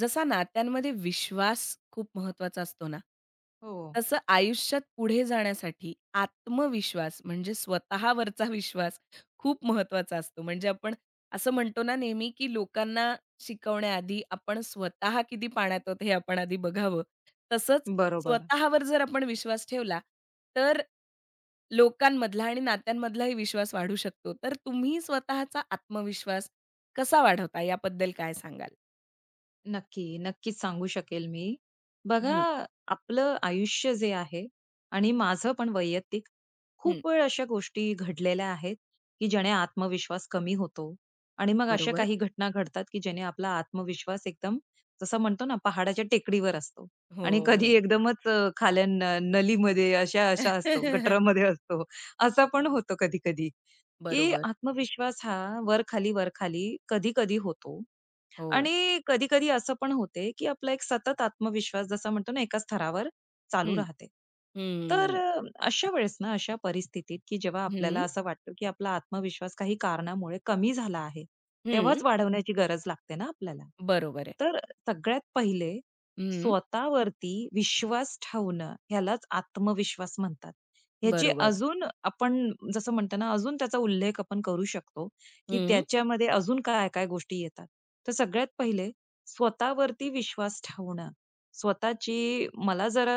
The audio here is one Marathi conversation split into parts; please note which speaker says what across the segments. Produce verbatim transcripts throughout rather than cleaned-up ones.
Speaker 1: जसा नात्यांमध्ये विश्वास खूप महत्वाचा असतो ना,
Speaker 2: हो,
Speaker 1: तसं आयुष्यात पुढे जाण्यासाठी आत्मविश्वास म्हणजे स्वतःवरचा विश्वास खूप महत्वाचा असतो. म्हणजे आपण असं म्हणतो ना नेहमी, की लोकांना शिकवण्याआधी आपण स्वतः किती पाण्यात आहोत हे आपण आधी बघावं. तसंच
Speaker 2: बरोबर.
Speaker 1: स्वतःवर जर आपण विश्वास ठेवला, तर लोकांमधला आणि नात्यांमधलाही विश्वास वाढू शकतो. तर तुम्ही स्वतःचा आत्मविश्वास कसा वाढवता याबद्दल काय सांगाल?
Speaker 2: नक्की, नक्कीच सांगू शकेल मी. बघा,
Speaker 1: हं,
Speaker 2: आपलं आयुष्य जे आहे आणि माझं पण वैयक्तिक खूप वेळ अशा गोष्टी घडलेल्या आहेत, की ज्याने आत्मविश्वास कमी होतो आणि मग अशा
Speaker 1: बरोबर.
Speaker 2: काही घटना घडतात, की ज्याने आपला आत्मविश्वास एकदम जसं म्हणतो ना, पहाडाच्या टेकडीवर असतो आणि कधी
Speaker 1: हो.
Speaker 2: एकदमच अ, खाल्या न नलीमध्ये अशा अशा असतो, गटारामध्ये असतो. असा पण होतो कधी-कधी, की
Speaker 1: बरोबर.
Speaker 2: आत्मविश्वास हा वर-खाली, वर-खाली, कधी-कधी होतो.
Speaker 1: हो.
Speaker 2: आणि कधी-कधी असं पण होते, की आपला एक सतत आत्मविश्वास जसा म्हणतो ना, एका स्तरावर चालू
Speaker 1: हं,
Speaker 2: राहते. तर
Speaker 1: हं.
Speaker 2: अ, अशा वेळेस ना, अशा परिस्थितीत, की जेव्हा
Speaker 1: हं.
Speaker 2: आपल्याला असं वाटतं, की आपला आत्मविश्वास काही कारणामुळे कमी झाला आहे,
Speaker 1: हं.
Speaker 2: तेव्हाच वाढवण्याची गरज लागते ना आपल्याला.
Speaker 1: बरोबर आहे.
Speaker 2: तर सगळ्यात पहिले
Speaker 1: हं.
Speaker 2: स्वतःवरती विश्वास ठेवणं, ह्यालाच आत्मविश्वास म्हणतात. ह्याची
Speaker 1: बरोबर.
Speaker 2: अजून आपण जसं म्हणतो ना, अजून त्याचा उल्लेख आपण करू शकतो, की
Speaker 1: हं.
Speaker 2: त्याच्यामध्ये अजून काय-काय गोष्टी येतात. तर सगळ्यात पहिले स्वतःवरती विश्वास ठेवणं. स्वतःची मला जरा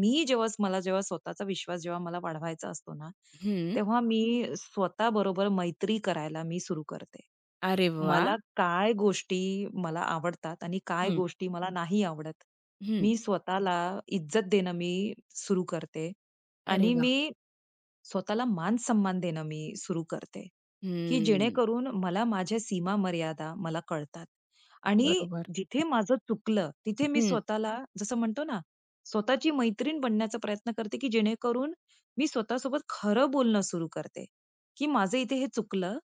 Speaker 2: मी जेव्हा मला जेव्हा स्वतःचा विश्वास जेव्हा मला वाढवायचा असतो ना,
Speaker 1: हं.
Speaker 2: तेव्हा मी स्वतःबरोबर मैत्री करायला मी सुरू करते.
Speaker 1: अरे वाह!
Speaker 2: मला काय गोष्टी मला आवडतात आणि काय
Speaker 1: हं.
Speaker 2: गोष्टी मला नाही आवडत.
Speaker 1: हं.
Speaker 2: मी स्वतःला इज्जत देणं मी सुरू करते
Speaker 1: अरे
Speaker 2: आणि
Speaker 1: वाह!
Speaker 2: मी स्वतःला मान-सन्मान देणं मी सुरू करते. की
Speaker 1: हं.
Speaker 2: जेणेकरून मला माझ्या सीमा मर्यादा मला कळतात. आणि
Speaker 1: बरोबर.
Speaker 2: जिथे माझं चुकलं, तिथे मी
Speaker 1: हं.
Speaker 2: स्वतःला जसं म्हणतो ना, स्वतःची मैत्रीण बनण्याचा प्रयत्न करते, की जेणेकरून मी स्वतःसोबत खरं बोलणं सुरू करते, की माझं इथे हे चुकलं.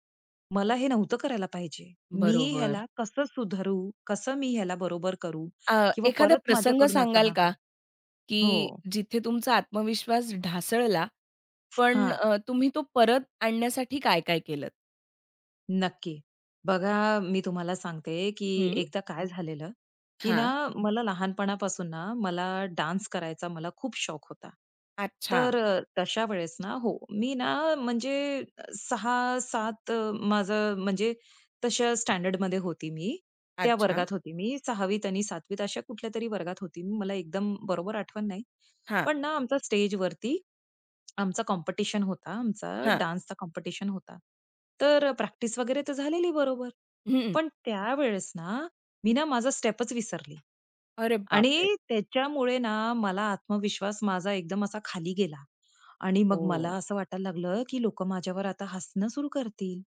Speaker 2: मला हे नव्हतं करायला पाहिजे. मी
Speaker 1: बरोबर.
Speaker 2: ह्याला कसं सुधारू? कसं मी ह्याला बरोबर करू?
Speaker 1: अ,
Speaker 2: किंवा
Speaker 1: एखादा
Speaker 2: परत
Speaker 1: प्रसंग
Speaker 2: माझ्याकडून असं
Speaker 1: सांगाल
Speaker 2: ना हो.
Speaker 1: का, की
Speaker 2: हो.
Speaker 1: जिथे तुमचा आत्मविश्वास ढासळला, पण
Speaker 2: हां.
Speaker 1: अ, तुम्ही तो परत आणण्यासाठी काय-काय केलंत?
Speaker 2: नक्की. बघा, मी तुम्हाला सांगते, की
Speaker 1: हं.
Speaker 2: एकदा काय झालेलं, की ना
Speaker 1: हां.
Speaker 2: मला लहानपणापासून ना मला डान्स करायचा मला खूप शौक होता.
Speaker 1: अच्छा,
Speaker 2: तर अ, तशा वेळेस ना हो, मी ना म्हणजे सहा सात अ, माझं म्हणजे तशा स्टँडर्डमध्ये होती मी. त्या
Speaker 1: अच्छा.
Speaker 2: वर्गात होती मी. सहावीत आणि सातवीत अशा कुठल्यातरी वर्गात होती मी. मला एकदम बरोबर आठवण नाही.
Speaker 1: हां,
Speaker 2: पण ना आमचा स्टेजवरती आमचा कॉम्पिटिशन होता. आमचा
Speaker 1: हां.
Speaker 2: डान्सचा कॉम्पिटिशन होता. तर प्रॅक्टिस वगैरे तर झालेली बरोबर.
Speaker 1: हं.
Speaker 2: पण त्यावेळेस ना, मी ना माझा स्टेपच विसरली.
Speaker 1: अरे बापरे!
Speaker 2: आणि त्याच्यामुळे ना मला आत्मविश्वास माझा एकदम असा खाली गेला. आणि मग मला
Speaker 1: ओ.
Speaker 2: असं वाटायला लागलं, की लोकं माझ्यावर आता हसणं सुरू करतील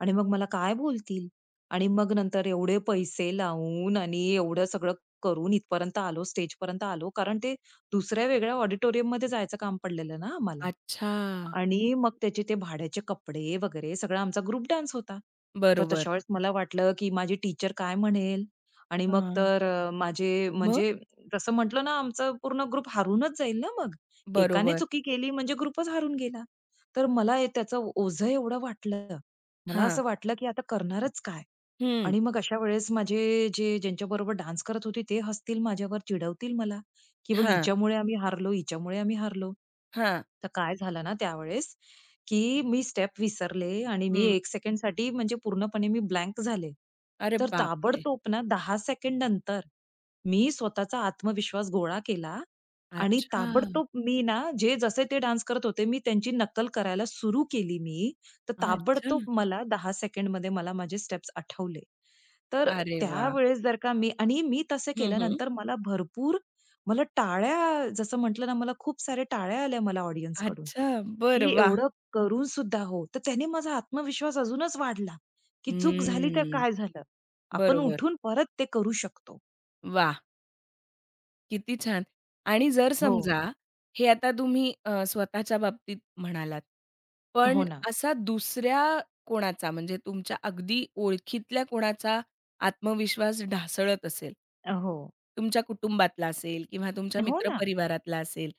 Speaker 2: आणि मग मला काय बोलतील? आणि मग नंतर एवढे पैसे लावून आणि एवढं सगळं करून इथपर्यंत आलो, स्टेजपर्यंत आलो. कारण ते दुसऱ्या वेगळ्या ऑडिटोरियममध्ये जायचं काम पडलेलं ना आम्हाला.
Speaker 1: अच्छा.
Speaker 2: आणि मग त्याचे ते भाड्याचे कपडे वगैरे सगळा आमचा ग्रुप डान्स होता. तर
Speaker 1: बरोबर.
Speaker 2: तशा वेळेस मला वाटलं, की माझी टीचर काय म्हणेल? आणि मग
Speaker 1: हां.
Speaker 2: तर अ, माझे
Speaker 1: मग?
Speaker 2: म्हणजे तसं म्हटलं ना आमचं पूर्ण ग्रुप हारूनच जाईल ना मग. एकाने
Speaker 1: बरोबर.
Speaker 2: चुकी केली म्हणजे ग्रुपच हारून गेला. तर मला हे त्याचं ओझं एवढं वाटलं. मला
Speaker 1: हां.
Speaker 2: असं वाटलं, की आता करणारच काय?
Speaker 1: हं.
Speaker 2: आणि मग अशा वेळेस माझे जे ज्यांच्याबरोबर डान्स करत होते ते हसतील माझ्यावर, चिडवतील मला. की बघ
Speaker 1: हां,
Speaker 2: हिच्यामुळे आम्ही हारलो, हिच्यामुळे आम्ही हारलो.
Speaker 1: हां.
Speaker 2: तर काय झालं ना त्यावेळेस, की मी स्टेप विसरले आणि मी
Speaker 1: हं.
Speaker 2: एक सेकंडसाठी म्हणजे पूर्णपणे मी ब्लँक झाले.
Speaker 1: अरे
Speaker 2: तर
Speaker 1: बापरे!
Speaker 2: ताबडतोब ना दहा सेकंड नंतर मी स्वतःचा आत्मविश्वास गोळा केला आणि
Speaker 1: अच्छा.
Speaker 2: ताबडतोब मी ना जे जसे ते डान्स करत होते, मी त्यांची नक्कल करायला सुरू केली मी. तर
Speaker 1: अच्छा.
Speaker 2: ताबडतोब मला दहा सेकंडमध्ये मला माझे स्टेप्स आठवले. तर
Speaker 1: अरे वाह!
Speaker 2: त्यावेळेस जर का मी आणि मी तसे
Speaker 1: हं, हं.
Speaker 2: केल्यानंतर मला भरपूर मला टाळ्या जसं म्हटलं ना, मला खूप सारे टाळ्या आल्या मला कड़ून,
Speaker 1: अच्छा. बरं.
Speaker 2: की
Speaker 1: वाह!
Speaker 2: एवढं करून सुद्धा हो. तर त्याने माझा आत्मविश्वास अजूनच वाढला, की चूक झाली तर
Speaker 1: हम्म.
Speaker 2: काय झालं? आपण
Speaker 1: बरोबर.
Speaker 2: उठून परत ते करू शकतो.
Speaker 1: वाह! किती छान! आणि जर
Speaker 2: हो.
Speaker 1: समजा हे आता तुम्ही अ, स्वतःच्या बाबतीत म्हणालात. पण
Speaker 2: हो ना.
Speaker 1: असा दुसऱ्या कोणाचा म्हणजे तुमच्या अगदी ओळखीतल्या कोणाचा आत्मविश्वास ढासळत असेल,
Speaker 2: हो.
Speaker 1: तुमच्या कुटुंबातला असेल किंवा तुमच्या
Speaker 2: हो ना.
Speaker 1: मित्रपरिवारातला असेल,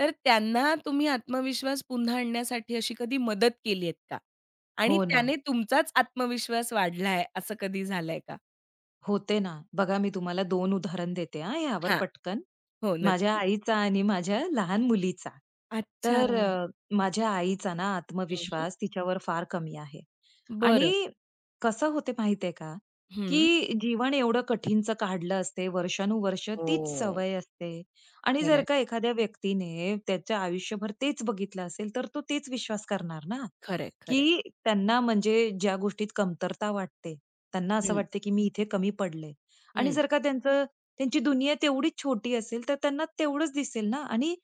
Speaker 1: तर त्यांना तुम्ही आत्मविश्वास पुन्हा आणण्यासाठी अशी कधी मदत केली आहेत का? आणि
Speaker 2: हो ना.
Speaker 1: त्याने तुमचाच आत्मविश्वास वाढलाय असं कधी झालंय का?
Speaker 2: होते ना. बघा मी तुम्हाला दोन उदाहरण देते हां, ह्यावर
Speaker 1: हां.
Speaker 2: पटकन.
Speaker 1: हो,
Speaker 2: माझ्या
Speaker 1: नक्की.
Speaker 2: आईचा आणि माझ्या लहान मुलीचा.
Speaker 1: अच्छा.
Speaker 2: तर अ, माझ्या आईचा ना
Speaker 1: हं,
Speaker 2: आत्मविश्वास तिच्यावर फार कमी आहे. आणि
Speaker 1: बरं.
Speaker 2: कसं होते माहितीये का,
Speaker 1: हं.
Speaker 2: की जीवन एवढं कठीणचं काढलं असते, वर्षानुवर्ष तीच
Speaker 1: हो.
Speaker 2: सवय असते. आणि जर
Speaker 1: खरंय,
Speaker 2: का एखाद्या व्यक्तीने त्याच्या आयुष्यभर तेच बघितलं असेल, तर तो तेच विश्वास करणार ना,
Speaker 1: खरंय, खरंय.
Speaker 2: की त्यांना म्हणजे ज्या गोष्टीत कमतरता वाटते, त्यांना असं
Speaker 1: हं,
Speaker 2: वाटते, की मी इथे कमी पडले. आणि
Speaker 1: हं.
Speaker 2: जर का त्यांचं त्यांची दुनिया तेवढीच छोटी असेल, तर त्यांना तेवढंच दिसेल ना आणि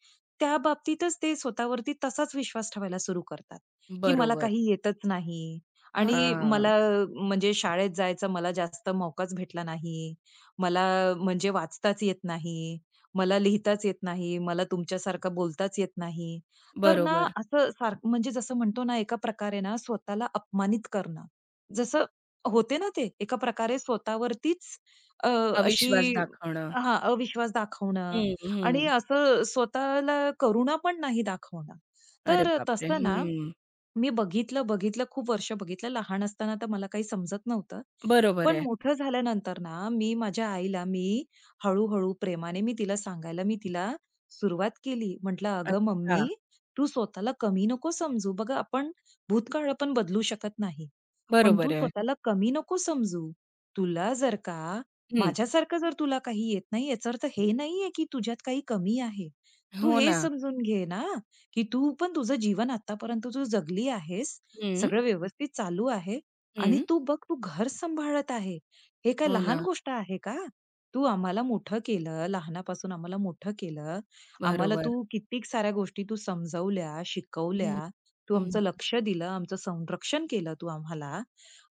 Speaker 2: त्या बाबतीतच ते स्वतःवरती तसाच विश्वास ठेवायला सुरू करतात, की मला
Speaker 1: बरोबर.
Speaker 2: काही येतच नाही आणि
Speaker 1: हां.
Speaker 2: मला म्हणजे शाळेत जायचा मला जास्त मौकाच भेटला नाही. मला म्हणजे वाचताच येत नाही, मला लिहिताच येत नाही, मला तुमच्यासारखं बोलताच येत नाही. तर ना
Speaker 1: बरोबर.
Speaker 2: असं सारखं म्हणजे जसं म्हणतो ना एका प्रकारे ना स्वतःला अपमानित करणं. जसं होते ना ते एका प्रकारे स्वतःवरतीच अ,
Speaker 1: अविश्वास
Speaker 2: अशी
Speaker 1: दाखवणं.
Speaker 2: हां, अविश्वास दाखवणं
Speaker 1: हं,
Speaker 2: आणि
Speaker 1: हं.
Speaker 2: असं स्वतःला करुणा पण नाही दाखवणं.
Speaker 1: अरे
Speaker 2: तर
Speaker 1: बापरे!
Speaker 2: तसं ना,
Speaker 1: हं.
Speaker 2: मी बघितलं, बघितलं खूप वर्ष बघितलं. लहान असताना तर मला काही समजत नव्हतं.
Speaker 1: बरोबर
Speaker 2: पण
Speaker 1: आहे.
Speaker 2: मोठं झाल्यानंतर ना, मी माझ्या आईला मी हळू-हळू प्रेमाने मी तिला सांगायला मी तिला सुरुवात केली. म्हटलं, "अगं मम्मी,
Speaker 1: अच्छा.
Speaker 2: तू स्वतःला कमी नको समजू. बघा आपण भूतकाळ आपण बदलू शकत नाही. पण तू
Speaker 1: बरोबर आहे.
Speaker 2: स्वतःला कमी नको समजू. तुला जर का
Speaker 1: हं.
Speaker 2: माझ्यासारखं जर तुला काही येत नाही, याचा अर्थ हे नाहीये की तुझ्यात काही कमी आहे. तू
Speaker 1: हो
Speaker 2: हे
Speaker 1: ना.
Speaker 2: समजून घे ना, की तू पण तुझं जीवन आत्तापर्यंत तू जगली आहेस.
Speaker 1: हं,
Speaker 2: सगळं व्यवस्थित चालू आहे आणि
Speaker 1: हं.
Speaker 2: तू बघ, तू घर सांभाळत आहे. हे काय
Speaker 1: हो
Speaker 2: लहान
Speaker 1: ना.
Speaker 2: गोष्ट आहे का? तू आम्हाला मोठं केलं, लहानापासून आम्हाला मोठं केलं. आम्हाला
Speaker 1: बरोबर.
Speaker 2: तू कित्येक साऱ्या गोष्टी तू समजवल्या,
Speaker 1: हं,
Speaker 2: शिकवल्या. तू
Speaker 1: हं.
Speaker 2: आमचं लक्ष दिलं, आमचं संरक्षण केलं तू आम्हाला.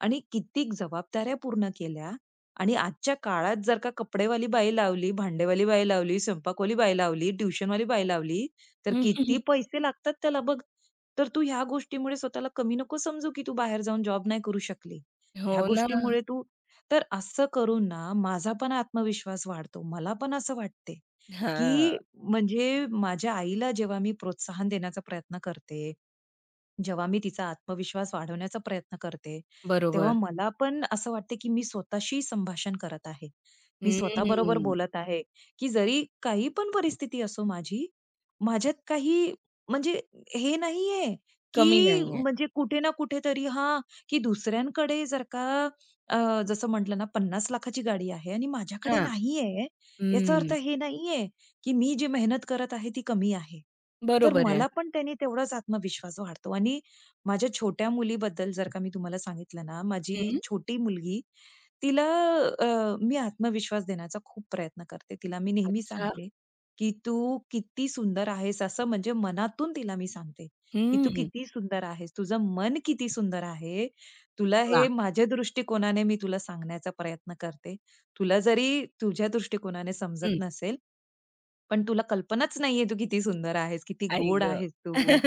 Speaker 2: आणि कित्येक जबाबदाऱ्या पूर्ण केल्या आणि आजच्या काळात जर का कपडेवाली बाई लावली, भांडेवाली बाई लावली, स्वयंपाकवाली बाई लावली, ट्युशनवाली बाई लावली, तर किती पैसे लागतात त्याला बघ. तर तू ह्या गोष्टीमुळे स्वतःला कमी नको समजू, की तू बाहेर जाऊन जॉब नाही करू शकली.
Speaker 1: हो
Speaker 2: ह्या
Speaker 1: ना.
Speaker 2: गोष्टीमुळे तू तर असं करून ना माझा पण आत्मविश्वास वाढतो. मला पण असं वाटते,
Speaker 1: हां.
Speaker 2: की म्हणजे माझ्या आईला जेव्हा मी प्रोत्साहन देण्याचा प्रयत्न करते, जेव्हा मी तिचा आत्मविश्वास वाढवण्याचा प्रयत्न करते, तेव्हा
Speaker 1: बरोबर.
Speaker 2: मला पण असं वाटते, की मी स्वतःशी संभाषण करत आहे. मी स्वतःबरोबर
Speaker 1: हं.
Speaker 2: बोलत आहे, की जरी काही पण परिस्थिती असो माझी, माझ्यात काही म्हणजे हे नाहीये,
Speaker 1: कमी
Speaker 2: की
Speaker 1: नाहीये.
Speaker 2: म्हणजे कुठे ना कुठेतरी हां, की दुसऱ्यांकडे जर का अ, जसं म्हटलं ना पन्नास लाखाची गाडी आहे आणि माझ्याकडे
Speaker 1: हां.
Speaker 2: नाहीये, याचा अर्थ
Speaker 1: हं.
Speaker 2: हे नाहीये की मी जी मेहनत करत आहे ती कमी आहे. तर
Speaker 1: बरोबर आहे.
Speaker 2: मला पण त्याने तेवढाच आत्मविश्वास वाढतो आणि माझ्या छोट्या मुलीबद्दल जर का मी तुम्हाला सांगितलं ना, माझी
Speaker 1: हं.
Speaker 2: छोटी मुलगी, तिला अ, मी आत्मविश्वास देण्याचा खूप प्रयत्न करते. तिला मी नेहमी
Speaker 1: अच्छा.
Speaker 2: सांगते, की "तू किती सुंदर आहेस." असं म्हणजे मनातून तिला मी सांगते, की "तू
Speaker 1: हं.
Speaker 2: किती सुंदर आहेस. तुझं मन किती सुंदर आहे. तुला हे
Speaker 1: वाह!
Speaker 2: माझ्या दृष्टिकोनाने मी तुला सांगण्याचा प्रयत्न करते. तुला जरी तुझ्या दृष्टिकोनाने
Speaker 1: हं.
Speaker 2: समजत नसेल, पण तुला कल्पनाच नाहीये तू किती सुंदर आहेस, किती
Speaker 1: आई
Speaker 2: गोड
Speaker 1: गं!
Speaker 2: आहेस तू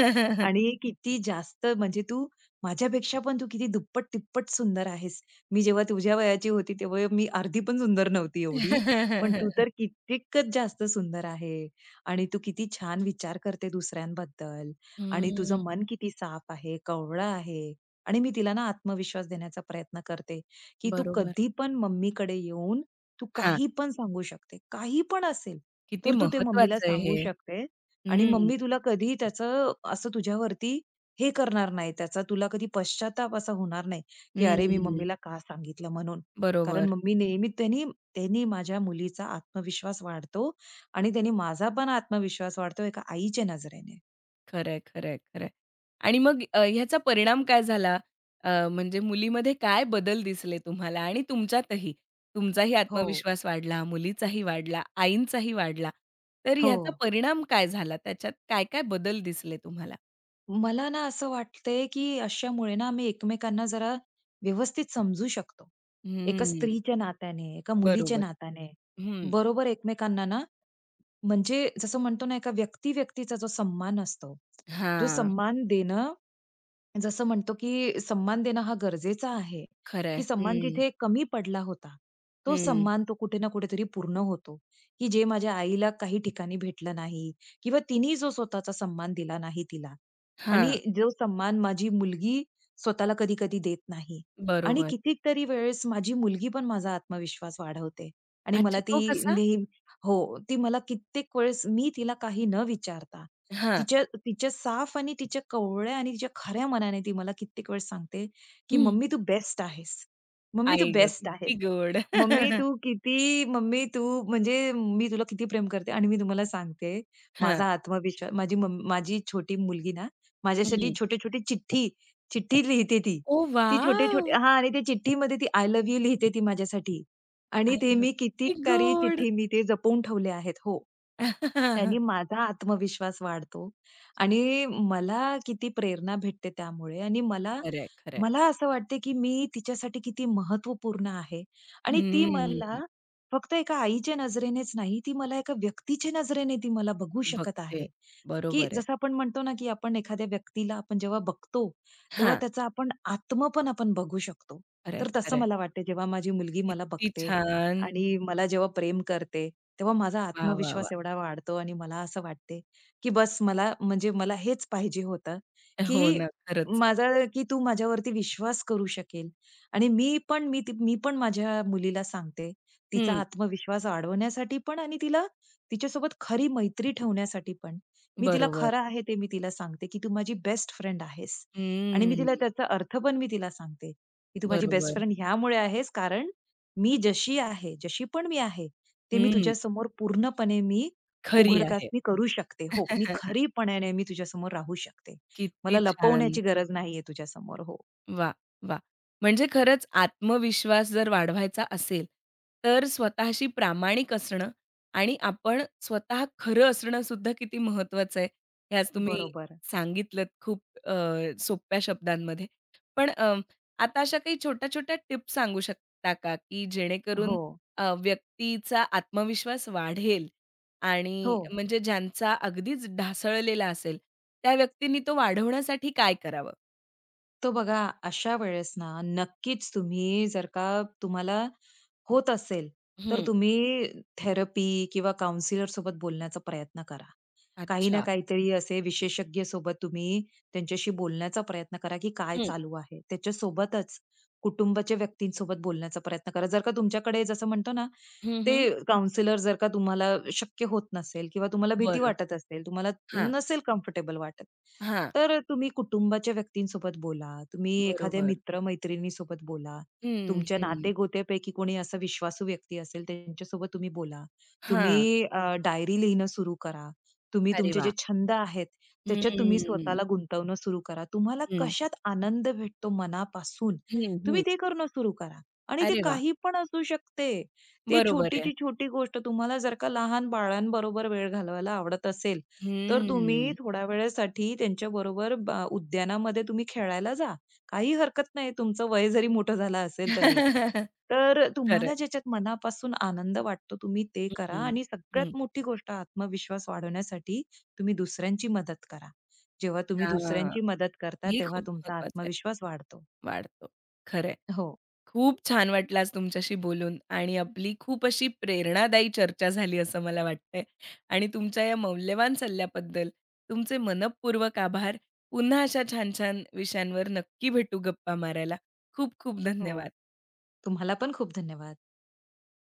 Speaker 2: आणि किती जास्त म्हणजे तू माझ्यापेक्षा पण तू किती दुप्पट-तिप्पट सुंदर आहेस. मी जेव्हा तुझ्या वयाची होती तेव्हा मी अर्धी पण सुंदर नव्हती एवढी. पण तू तर कित्येकच जास्त सुंदर आहे आणि तू किती छान विचार करते दुसऱ्यांबद्दल आणि
Speaker 1: हम्म.
Speaker 2: तुझं मन किती साफ आहे, कवळं आहे आणि मी तिला ना आत्मविश्वास देण्याचा प्रयत्न करते, की तू
Speaker 1: बरोबर.
Speaker 2: कधी पण मम्मीकडे येऊन तू
Speaker 1: हां.
Speaker 2: काही पण सांगू शकते. काही पण असेल.
Speaker 1: किती
Speaker 2: तर तू ते मम्मीला
Speaker 1: महत्वाचं आहे
Speaker 2: सांगू
Speaker 1: हे.
Speaker 2: शकते आणि
Speaker 1: हं,
Speaker 2: मम्मी तुला कधी त्याचं असं तुझ्यावरती हे करणार नाही, त्याचा तुला कधी पश्चाताप असा होणार नाही, की "अरे, मी
Speaker 1: हं.
Speaker 2: मम्मीला का सांगितलं?" म्हणून. कारण
Speaker 1: बरोबर.
Speaker 2: मम्मी नेहमी त्यांनी त्यांनी माझ्या मुलीचा आत्मविश्वास वाढतो आणि त्यांनी माझा पण आत्मविश्वास वाढतो एका आईच्या नजरेने.
Speaker 1: खरंय, खरंय, खरंय. आणि मग अ, ह्याचा परिणाम काय झाला? अ, म्हणजे मुलीमध्ये काय बदल दिसले तुम्हाला आणि तुमच्यातही? तुमचाही
Speaker 2: हो,
Speaker 1: आत्मविश्वास वाढला, मुलीचाही वाढला, आईंचाही वाढला. तर
Speaker 2: हो.
Speaker 1: ह्याचा परिणाम काय झाला? त्याच्यात काय-काय बदल दिसले तुम्हाला?
Speaker 2: मला ना असं वाटतंय, की अशामुळे ना आम्ही एकमेकांना जरा व्यवस्थित समजू शकतो. एका
Speaker 1: हं.
Speaker 2: स्त्रीच्या नात्याने, एका मुलीच्या
Speaker 1: बरोबर.
Speaker 2: नात्याने
Speaker 1: हं.
Speaker 2: बरोबर एकमेकांना ना म्हणजे जसं म्हणतो ना, एका व्यक्ती-व्यक्तीचा जो सन्मान असतो, जो
Speaker 1: हां.
Speaker 2: सन्मान देणं जसं म्हणतो की सन्मान देणं हा गरजेचा आहे,
Speaker 1: खरंय.
Speaker 2: की सन्मान
Speaker 1: हं.
Speaker 2: जिथे कमी पडला होता, तो
Speaker 1: हं.
Speaker 2: सन्मान तो कुठे ना कुठेतरी पूर्ण होतो, की जे माझ्या आईला काही ठिकाणी भेटलं नाही किंवा तिने जो स्वतःचा सन्मान दिला नाही तिला आणि
Speaker 1: हां,
Speaker 2: जो सन्मान माझी मुलगी स्वतःला कधी-कधी देत नाही आणि
Speaker 1: बरोबर.
Speaker 2: कितीतरी वेळेस माझी मुलगी पण माझा आत्मविश्वास वाढवते आणि मला
Speaker 1: अच्छा तो
Speaker 2: ती
Speaker 1: कसा?
Speaker 2: नेहमी हो, ती मला कित्येक वेळेस मी तिला काही न विचारता
Speaker 1: हां.
Speaker 2: तिच्या तिच्या साफ आणि तिच्या कवळ्या आणि तिच्या खऱ्या मनाने ती मला कित्येक वेळेस सांगते, की
Speaker 1: हं.
Speaker 2: "मम्मी तू बेस्ट आहेस. मम्मी तू
Speaker 1: आई गं!
Speaker 2: बेस्ट आहेस."
Speaker 1: किती गोड.
Speaker 2: मम्मी तू किती मम्मी तू म्हणजे मी तुला किती प्रेम करते आणि मी तुम्हाला सांगते,
Speaker 1: हां.
Speaker 2: माझा आत्मविश्वास माझी मम माझी छोटी मुलगी ना, माझ्यासाठी
Speaker 1: हं.
Speaker 2: छोटे-छोटे चिठ्ठी, चिठ्ठी लिहिते ती.
Speaker 1: ओह
Speaker 2: ती
Speaker 1: वॉव!
Speaker 2: छोटे-छोटे हां आणि ते चिठ्ठीमध्ये ती आय लव्ह यू लिहिते ती माझ्यासाठी
Speaker 1: आई
Speaker 2: आणि ते
Speaker 1: गं!
Speaker 2: मी
Speaker 1: किती
Speaker 2: कितीतरी
Speaker 1: गोड.
Speaker 2: चिठ्ठी मी ते जपून ठेवल्या आहेत. हो. त्याने माझा आत्मविश्वास वाढतो आणि मला किती प्रेरणा भेटते त्यामुळे आणि मला
Speaker 1: खरंय, खरंय.
Speaker 2: मला असं वाटते, की मी तिच्यासाठी किती महत्त्वपूर्ण आहे आणि ती मला
Speaker 1: हम्म.
Speaker 2: फक्त एका आईच्या नजरेनेच नाही, ती मला एका व्यक्तीच्या नजरेने ती मला बघू शकत
Speaker 1: बघते.
Speaker 2: आहे, की
Speaker 1: बरोबर
Speaker 2: जसं
Speaker 1: आहे.
Speaker 2: आपण म्हणतो ना, की आपण एखाद्या व्यक्तीला आपण जेव्हा बघतो, तेव्हा
Speaker 1: हां.
Speaker 2: त्याचा आपण आत्मा पण आपण बघू शकतो.
Speaker 1: खरंय,
Speaker 2: तर तसं
Speaker 1: खरंय.
Speaker 2: मला वाटते जेव्हा माझी मुलगी मला
Speaker 1: किती
Speaker 2: बघते
Speaker 1: छान.
Speaker 2: आणि मला जेव्हा प्रेम करते, तेव्हा माझा
Speaker 1: वाह, वाह, वाह!
Speaker 2: आत्मविश्वास एवढा वाढतो आणि मला असं वाटते, की बस मला म्हणजे मला हेच पाहिजे होतं,
Speaker 1: हो
Speaker 2: की
Speaker 1: ना, खरंच.
Speaker 2: माझा की तू माझ्यावरती विश्वास करू शकेल. आणि मी पण मी ती मी पण माझ्या मुलीला सांगते. तिचा
Speaker 1: हं.
Speaker 2: आत्मविश्वास वाढवण्यासाठी पण आणि तिला तिच्यासोबत खरी मैत्री ठेवण्यासाठी पण. मी तिला
Speaker 1: बरोबर.
Speaker 2: खरं आहे ते मी तिला सांगते, की "तू माझी बेस्ट फ्रेंड आहेस." आणि मी तिला
Speaker 1: हम्म.
Speaker 2: त्याचा अर्थ पण मी तिला सांगते, की "तू माझी बेस्ट
Speaker 1: बरोबर.
Speaker 2: फ्रेंड ह्यामुळे आहेस, कारण मी जशी आहे, जशी पण मी आहे, ते मी
Speaker 1: हं.
Speaker 2: तुझ्यासमोर पूर्णपणे मी
Speaker 1: खरी
Speaker 2: उघडकास
Speaker 1: आहे.
Speaker 2: मी करू शकते. हो, मी खरीपणाने मी तुझ्यासमोर राहू शकते.
Speaker 1: किती
Speaker 2: मला
Speaker 1: छान.
Speaker 2: लपवण्याची गरज नाहीये तुझ्यासमोर." हो,
Speaker 1: वा, वा, म्हणजे खरंच आत्मविश्वास जर वाढवायचा असेल, तर स्वतःशी प्रामाणिक असणं आणि आपण स्वतः खरं असणं सुद्धा किती महत्वाचं आहे, हे आज तुम्ही
Speaker 2: बरोबर.
Speaker 1: सांगितलत खूप अ, सोप्या शब्दांमध्ये. पण अ, आता अशा काही छोट्या-छोट्या टिप्स सांगू शकता का, की जेणेकरून
Speaker 2: हो.
Speaker 1: अ, व्यक्तीचा आत्मविश्वास वाढेल आणि
Speaker 2: हो.
Speaker 1: म्हणजे ज्यांचा अगदीच ढासळलेला असेल, त्या व्यक्तींनी तो वाढवण्यासाठी काय करावं?
Speaker 2: तो बघा अशा वेळेस ना, नक्कीच तुम्ही जर का तुम्हाला होत असेल, तर
Speaker 1: हं,
Speaker 2: तुम्ही थेरपी किंवा काउंसलर सोबत बोलण्याचा प्रयत्न करा. काही ना
Speaker 1: अच्छा.
Speaker 2: काहीतरी असे विशेषज्ञ सोबत तुम्ही त्यांच्याशी बोलण्याचा प्रयत्न करा, की काय
Speaker 1: हं.
Speaker 2: चालू आहे. त्याच्यासोबतच कुटुंबाच्या व्यक्तींसोबत बोलण्याचा प्रयत्न करा. जर का तुमच्याकडे जसं म्हणतो ना,
Speaker 1: हं, हं.
Speaker 2: ते काउंसलर जर का तुम्हाला शक्य होत नसेल किंवा तुम्हाला भीती
Speaker 1: बरं.
Speaker 2: वाटत असेल, तुम्हाला
Speaker 1: हां,
Speaker 2: नसेल कम्फर्टेबल वाटत,
Speaker 1: हां.
Speaker 2: तर तुम्ही कुटुंबाच्या व्यक्तींसोबत बोला, तुम्ही एखाद्या
Speaker 1: बरोबर.
Speaker 2: मित्र-मैत्रिणीसोबत बोला,
Speaker 1: हं,
Speaker 2: तुमच्या
Speaker 1: हं.
Speaker 2: नाते-गोत्यापैकी कोणी असा विश्वासू व्यक्ती असेल त्यांच्यासोबत तुम्ही बोला.
Speaker 1: हां.
Speaker 2: तुम्ही अ, डायरी लिहिणं सुरू करा. तुम्ही
Speaker 1: अरे
Speaker 2: तुमचे
Speaker 1: वाह!
Speaker 2: जे छंद आहेत, त्याच्यात तुम्ही
Speaker 1: हं.
Speaker 2: स्वतःला गुंतवणं सुरू करा. तुम्हाला
Speaker 1: हं.
Speaker 2: कशात आनंद भेटतो मनापासून,
Speaker 1: हं,
Speaker 2: तुम्ही
Speaker 1: हं.
Speaker 2: ते करणं सुरू करा. आणि ते
Speaker 1: अरे वाह!
Speaker 2: काही पण असू शकते. ते
Speaker 1: बरोबर आहे.
Speaker 2: छोटीची छोटी गोष्ट तुम्हाला जर का लहान बाळांबरोबर वेळ घालवायला आवडत असेल, तर तुम्ही
Speaker 1: हं.
Speaker 2: थोड्या वेळेसाठी त्यांच्याबरोबर ब उद्यानामध्ये तुम्ही खेळायला जा. काही हरकत नाही तुमचं वय जरी मोठं झालं असेल तरी. तर
Speaker 1: खरं आहे.
Speaker 2: तुम्हाला ज्याच्यात मनापासून आनंद वाटतो तुम्ही ते करा
Speaker 1: हं.
Speaker 2: आणि
Speaker 1: हं.
Speaker 2: सगळ्यात मोठी गोष्ट आत्मविश्वास वाढवण्यासाठी तुम्ही दुसऱ्यांची मदत करा. जेव्हा तुम्ही
Speaker 1: हां.
Speaker 2: दुसऱ्यांची मदत करता
Speaker 1: हे
Speaker 2: तेव्हा
Speaker 1: खूप
Speaker 2: तुमचा
Speaker 1: महत्वाचं आहे.
Speaker 2: आत्मविश्वास वाढतो.
Speaker 1: वाढतो. खरं आहे.
Speaker 2: हो.
Speaker 1: खूप छान वाटलं आज तुमच्याशी बोलून आणि आपली खूप अशी प्रेरणादायी चर्चा झाली असं मला वाटतंय आणि तुमच्या या मौल्यवान सल्ल्याबद्दल तुमचे मनःपूर्वक आभार. पुन्हा अशा छान-छान विषयांवर नक्की भेटू गप्पा मारायला. खूप खूप
Speaker 2: हो.
Speaker 1: धन्यवाद.
Speaker 2: तुम्हाला पण खूप धन्यवाद.